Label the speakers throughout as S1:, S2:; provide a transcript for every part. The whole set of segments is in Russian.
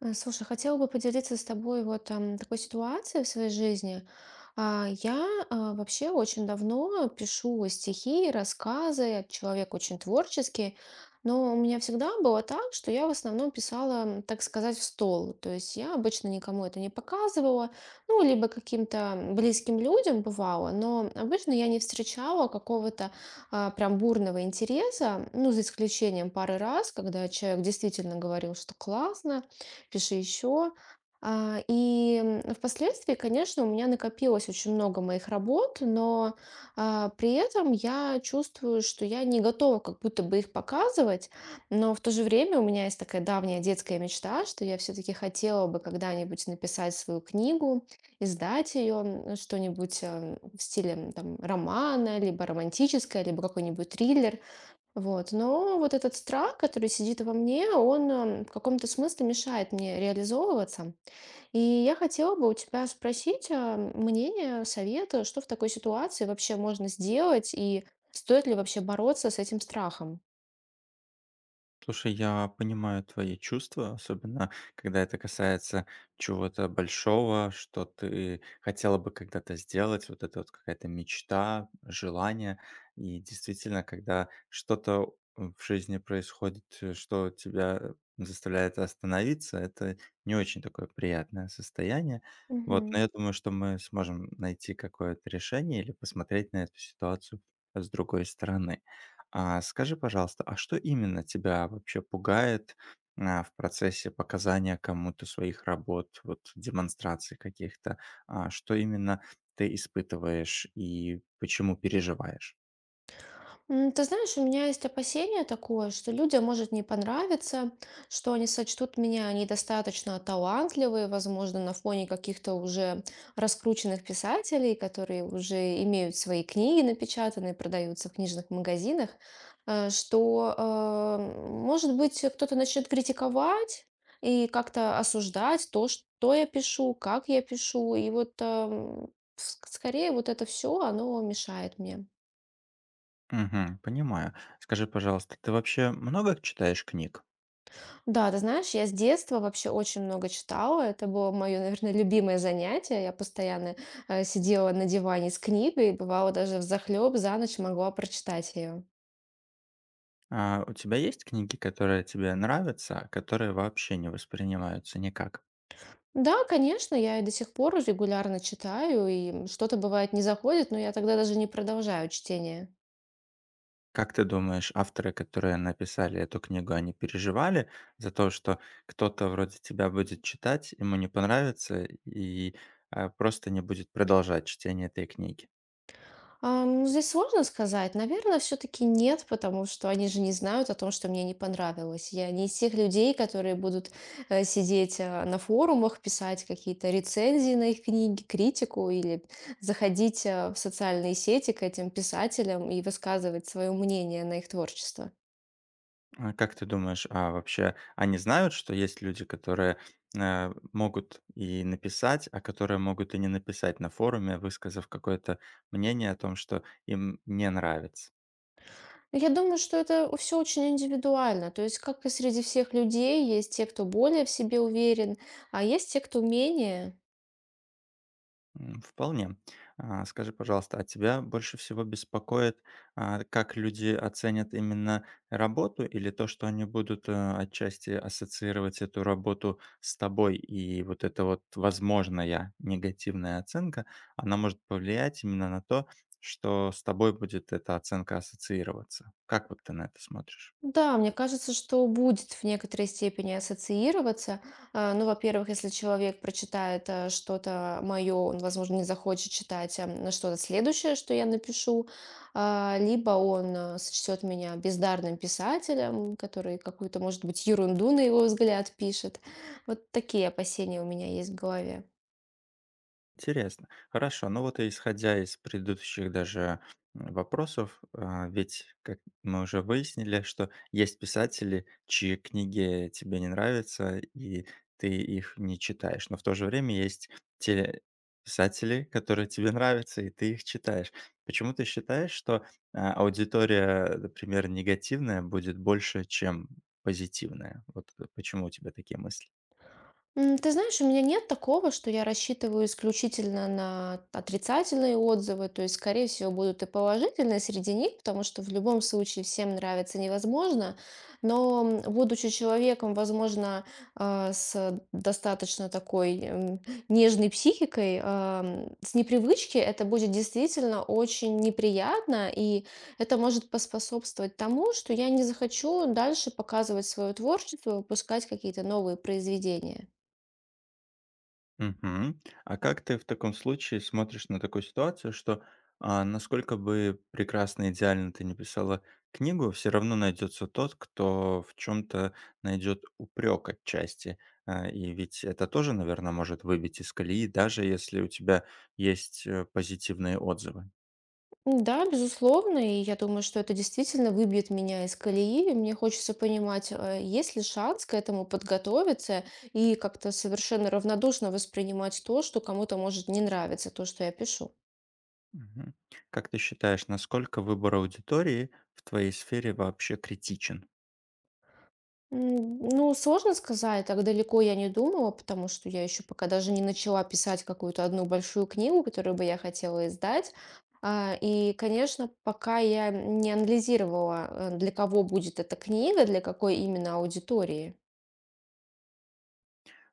S1: Слушай, хотела бы поделиться с тобой вот такой ситуацией в своей жизни. Я вообще очень давно пишу стихи, рассказы, я человек очень творческий, но у меня всегда было так, что я в основном писала, так сказать, в стол. То есть я обычно никому это не показывала, ну, либо каким-то близким людям бывало, но обычно я не встречала какого-то прям бурного интереса, ну, за исключением пары раз, когда человек действительно говорил, что классно, пиши еще. И впоследствии, конечно, у меня накопилось очень много моих работ, но при этом я чувствую, что я не готова как будто бы их показывать, но в то же время у меня есть такая давняя детская мечта, что я все-таки хотела бы когда-нибудь написать свою книгу, издать ее, что-нибудь в стиле там, романа, либо романтическое, либо какой-нибудь триллер. Вот. Но вот этот страх, который сидит во мне, он в каком-то смысле мешает мне реализовываться. И я хотела бы у тебя спросить мнение, совета, что в такой ситуации вообще можно сделать и стоит ли вообще бороться с этим страхом?
S2: Слушай, я понимаю твои чувства, особенно когда это касается чего-то большого, что ты хотела бы когда-то сделать, вот это вот какая-то мечта, желание. И действительно, когда что-то в жизни происходит, что тебя заставляет остановиться, это не очень такое приятное состояние. Вот, но я думаю, что мы сможем найти какое-то решение или посмотреть на эту ситуацию с другой стороны. А скажи, пожалуйста, а что именно тебя вообще пугает, в процессе показания кому-то своих работ, вот демонстраций каких-то? А, что именно ты испытываешь и почему переживаешь?
S1: Ты знаешь, у меня есть опасение такое, что людям может не понравиться, что они сочтут меня недостаточно талантливой, возможно, на фоне каких-то уже раскрученных писателей, которые уже имеют свои книги напечатанные, продаются в книжных магазинах, что, может быть, кто-то начнет критиковать и как-то осуждать то, что я пишу, как я пишу. И вот, скорее, вот это все, оно мешает мне.
S2: Мгм, понимаю. Скажи, пожалуйста, ты вообще много читаешь книг?
S1: Да, ты знаешь, я с детства вообще очень много читала. Это было мое, наверное, любимое занятие. Я постоянно сидела на диване с книгой, и бывало даже взахлеб за ночь могла прочитать ее.
S2: У тебя есть книги, которые тебе нравятся, а которые вообще не воспринимаются никак?
S1: Да, конечно, я и до сих пор регулярно читаю, и что-то бывает не заходит, но я тогда даже не продолжаю чтение.
S2: Как ты думаешь, авторы, которые написали эту книгу, они переживали за то, что кто-то вроде тебя будет читать, ему не понравится и просто не будет продолжать чтение этой книги?
S1: А, ну, здесь сложно сказать. Наверное, все-таки нет, потому что они же не знают о том, что мне не понравилось. Я не из тех людей, которые будут сидеть на форумах, писать какие-то рецензии на их книги, критику или заходить в социальные сети к этим писателям и высказывать свое мнение на их творчество.
S2: А как ты думаешь, а вообще они знают, что есть люди, которые, могут и написать, а которые могут и не написать на форуме, высказав какое-то мнение о том, что им не нравится?
S1: Я думаю, что это все очень индивидуально. То есть, как и среди всех людей, есть те, кто более в себе уверен, а есть те, кто менее.
S2: М, вполне. А, Скажи, пожалуйста, а тебя больше всего беспокоит, как люди оценят именно работу или то, что они будут отчасти ассоциировать эту работу с тобой, и вот эта вот возможная негативная оценка, она может повлиять именно на то, что с тобой будет эта оценка ассоциироваться. Как вот ты на это смотришь?
S1: Да, мне кажется, что будет в некоторой степени ассоциироваться. А, ну, во-первых, если человек прочитает что-то мое, он, возможно, не захочет читать что-то следующее, что я напишу, либо он сочтет меня бездарным писателем, который какую-то, может быть, ерунду на его взгляд пишет. Вот такие опасения у меня есть в голове.
S2: Интересно. Хорошо. Ну вот и исходя из предыдущих даже вопросов, ведь, как мы уже выяснили, что есть писатели, чьи книги тебе не нравятся, и ты их не читаешь. Но в то же время есть те писатели, которые тебе нравятся, и ты их читаешь. Почему ты считаешь, что аудитория, например, негативная будет больше, чем позитивная? Вот почему у тебя такие мысли?
S1: Ты знаешь, у меня нет такого, что я рассчитываю исключительно на отрицательные отзывы, то есть, скорее всего, будут и положительные среди них, потому что в любом случае всем нравится невозможно, но будучи человеком, возможно, с достаточно такой нежной психикой, с непривычки это будет действительно очень неприятно, и это может поспособствовать тому, что я не захочу дальше показывать свое творчество, выпускать какие-то новые произведения.
S2: Мгм. А как ты в таком случае смотришь на такую ситуацию, что, насколько бы прекрасно, идеально ты не писала книгу, все равно найдется тот, кто в чем то найдет упрек отчасти. И ведь это тоже, наверное, может выбить из колеи, даже если у тебя есть, позитивные отзывы.
S1: Да, безусловно, и я думаю, что это действительно выбьет меня из колеи. Мне хочется понимать, есть ли шанс к этому подготовиться и как-то совершенно равнодушно воспринимать то, что кому-то может не нравиться, то, что я пишу.
S2: Мгм. Как ты считаешь, насколько выбор аудитории в твоей сфере вообще критичен?
S1: Ну, сложно сказать, так далеко я не думала, потому что я еще пока даже не начала писать какую-то одну большую книгу, которую бы я хотела издать. И, конечно, пока я не анализировала, для кого будет эта книга, для какой именно аудитории.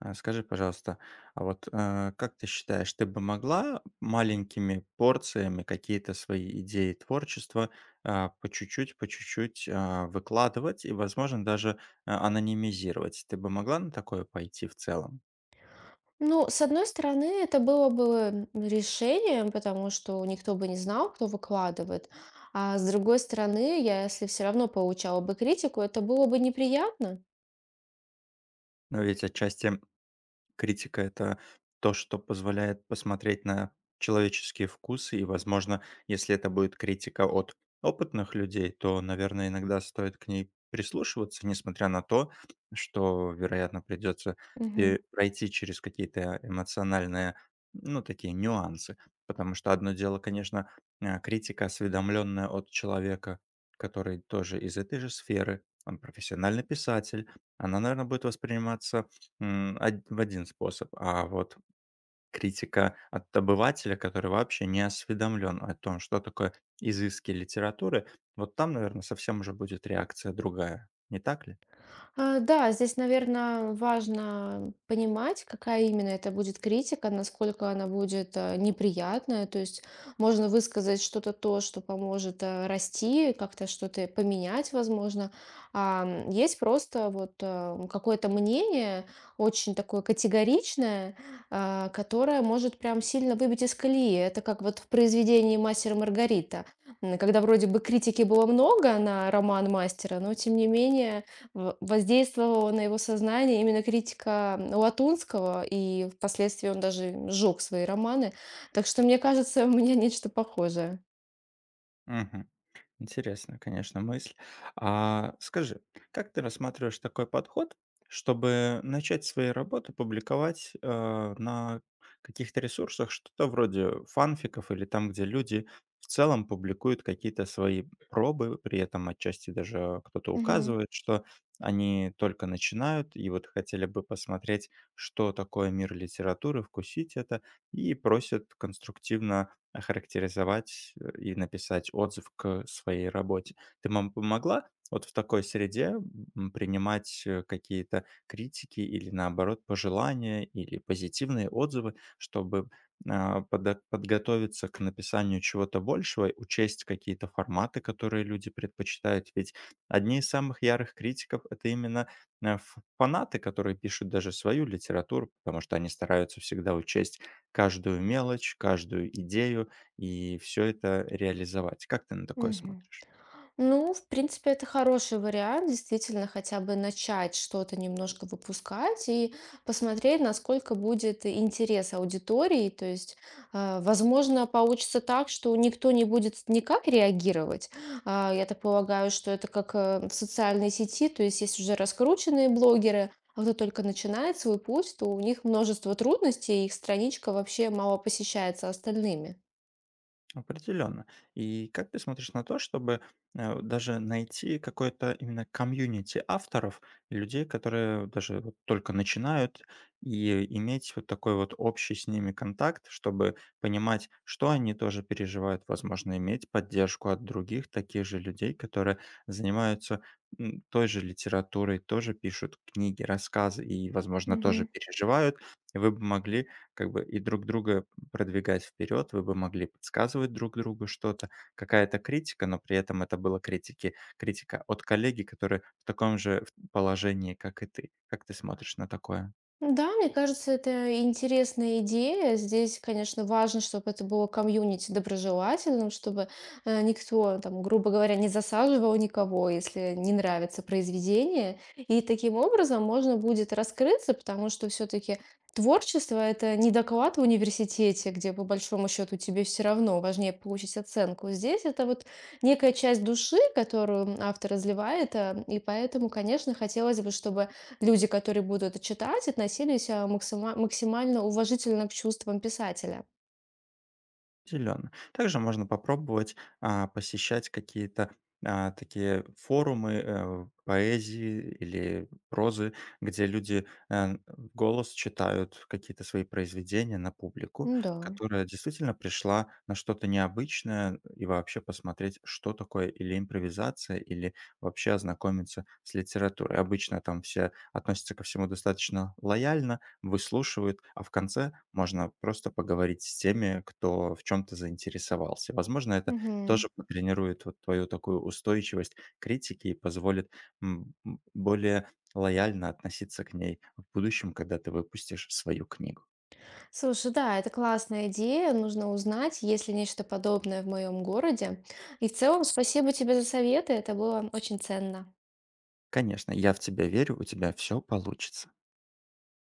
S2: А скажи, пожалуйста, а вот, как ты считаешь, ты бы могла маленькими порциями какие-то свои идеи творчества, по чуть-чуть, выкладывать и, возможно, даже, анонимизировать? Ты бы могла на такое пойти в целом?
S1: Ну, с одной стороны, это было бы решением, потому что никто бы не знал, кто выкладывает. А с другой стороны, я, если все равно получала бы критику, это было бы неприятно.
S2: Но ведь отчасти критика — это то, что позволяет посмотреть на человеческие вкусы, и, возможно, если это будет критика от опытных людей, то, наверное, иногда стоит к ней прислушиваться, несмотря на то, что, вероятно, придется
S1: Мгм.
S2: пе пройти через какие-то эмоциональные, ну, такие нюансы. Потому что одно дело, конечно, критика, осведомленная от человека, который тоже из этой же сферы, он профессиональный писатель, она, наверное, будет восприниматься М, од в один способ. А вот критика от обывателя, который вообще не осведомлен о том, что такое изыски литературы, вот там, наверное, совсем уже будет реакция другая. Не так ли?
S1: Да, здесь, наверное, важно понимать, какая именно это будет критика, насколько она будет неприятная. То есть можно высказать что-то то, что поможет расти, как-то что-то поменять, возможно. Есть просто вот какое-то мнение, очень такое категоричное, которое может прям сильно выбить из колеи. Это как вот в произведении «Мастер и Маргарита», когда вроде бы критики было много на роман мастера, но тем не менее в воздействовала на его сознание именно критика, Латунского, и впоследствии он даже сжег свои романы. Так что, мне кажется, у меня нечто похожее.
S2: Мгм. Интересная, конечно, мысль. А скажи, как ты рассматриваешь такой подход, чтобы начать свои работы публиковать, на каких-то ресурсах, что-то вроде фанфиков или там, где люди в целом публикуют какие-то свои пробы, при этом отчасти даже кто-то
S1: Мгм.
S2: указывает, что они только начинают и вот хотели бы посмотреть, что такое мир литературы, вкусить это, и просят конструктивно охарактеризовать, и написать отзыв к своей работе. Ты мам помогла вот в такой среде, принимать, какие-то критики или, наоборот, пожелания или позитивные отзывы, чтобы, а, подо подготовиться к написанию чего-то большего, учесть какие-то форматы, которые люди предпочитают? Ведь одни из самых ярых критиков — это именно, э, ф фанаты, которые пишут даже свою литературу, потому что они стараются всегда учесть каждую мелочь, каждую идею и все это реализовать. Как ты на такое
S1: Мгм.
S2: смотришь?
S1: Ну, в принципе, это хороший вариант, действительно, хотя бы начать что-то немножко выпускать и посмотреть, насколько будет интерес аудитории. То есть, возможно, получится так, что никто не будет никак реагировать. Я так полагаю, что это как в социальной сети, то есть есть уже раскрученные блогеры, а кто только начинает свой путь, то у них множество трудностей, и их страничка вообще мало посещается остальными.
S2: Определенно. И как ты смотришь на то, чтобы даже найти какое-то именно комьюнити авторов, людей, которые даже вот только начинают, и иметь вот такой вот общий с ними контакт, чтобы понимать, что они тоже переживают, возможно, иметь поддержку от других таких же людей, которые занимаются той же литературой, тоже пишут книги, рассказы и, возможно, тоже
S1: Мгм.
S2: переживают. И вы бы могли как бы и друг друга продвигать вперед, вы бы могли подсказывать друг другу что-то, какая-то критика, но при этом это была критика от коллеги, который в таком же положении, как и ты. Как ты смотришь на такое?
S1: Да, мне кажется, это интересная идея. Здесь, конечно, важно, чтобы это было комьюнити доброжелательным, чтобы никто, там, грубо говоря, не засаживал никого, если не нравится произведение. И таким образом можно будет раскрыться, потому что все-таки творчество— это не доклад в университете, где по большому счету тебе все равно важнее получить оценку. Здесь это вот некая часть души, которую автор изливает, и поэтому, конечно, хотелось бы, чтобы люди, которые будут это читать, относились максимально уважительно к чувствам писателя.
S2: Определенно. Также можно попробовать посещать какие-то такие форумы поэзии или прозы, где люди в голос читают какие-то свои произведения на публику,
S1: Да.
S2: которая действительно пришла на что-то необычное и вообще посмотреть, что такое или импровизация, или вообще ознакомиться с литературой. Обычно там все относятся ко всему достаточно лояльно, выслушивают, а в конце можно просто поговорить с теми, кто в чем-то заинтересовался. Возможно, это
S1: Мгм.
S2: тоже потренирует вот твою такую устойчивость критики и позволит более лояльно относиться к ней в будущем, когда ты выпустишь свою книгу.
S1: Слушай, да, это классная идея. Нужно узнать, есть ли нечто подобное в моем городе. И в целом, спасибо тебе за советы. Это было очень ценно.
S2: Конечно, я в тебя верю, у тебя все получится.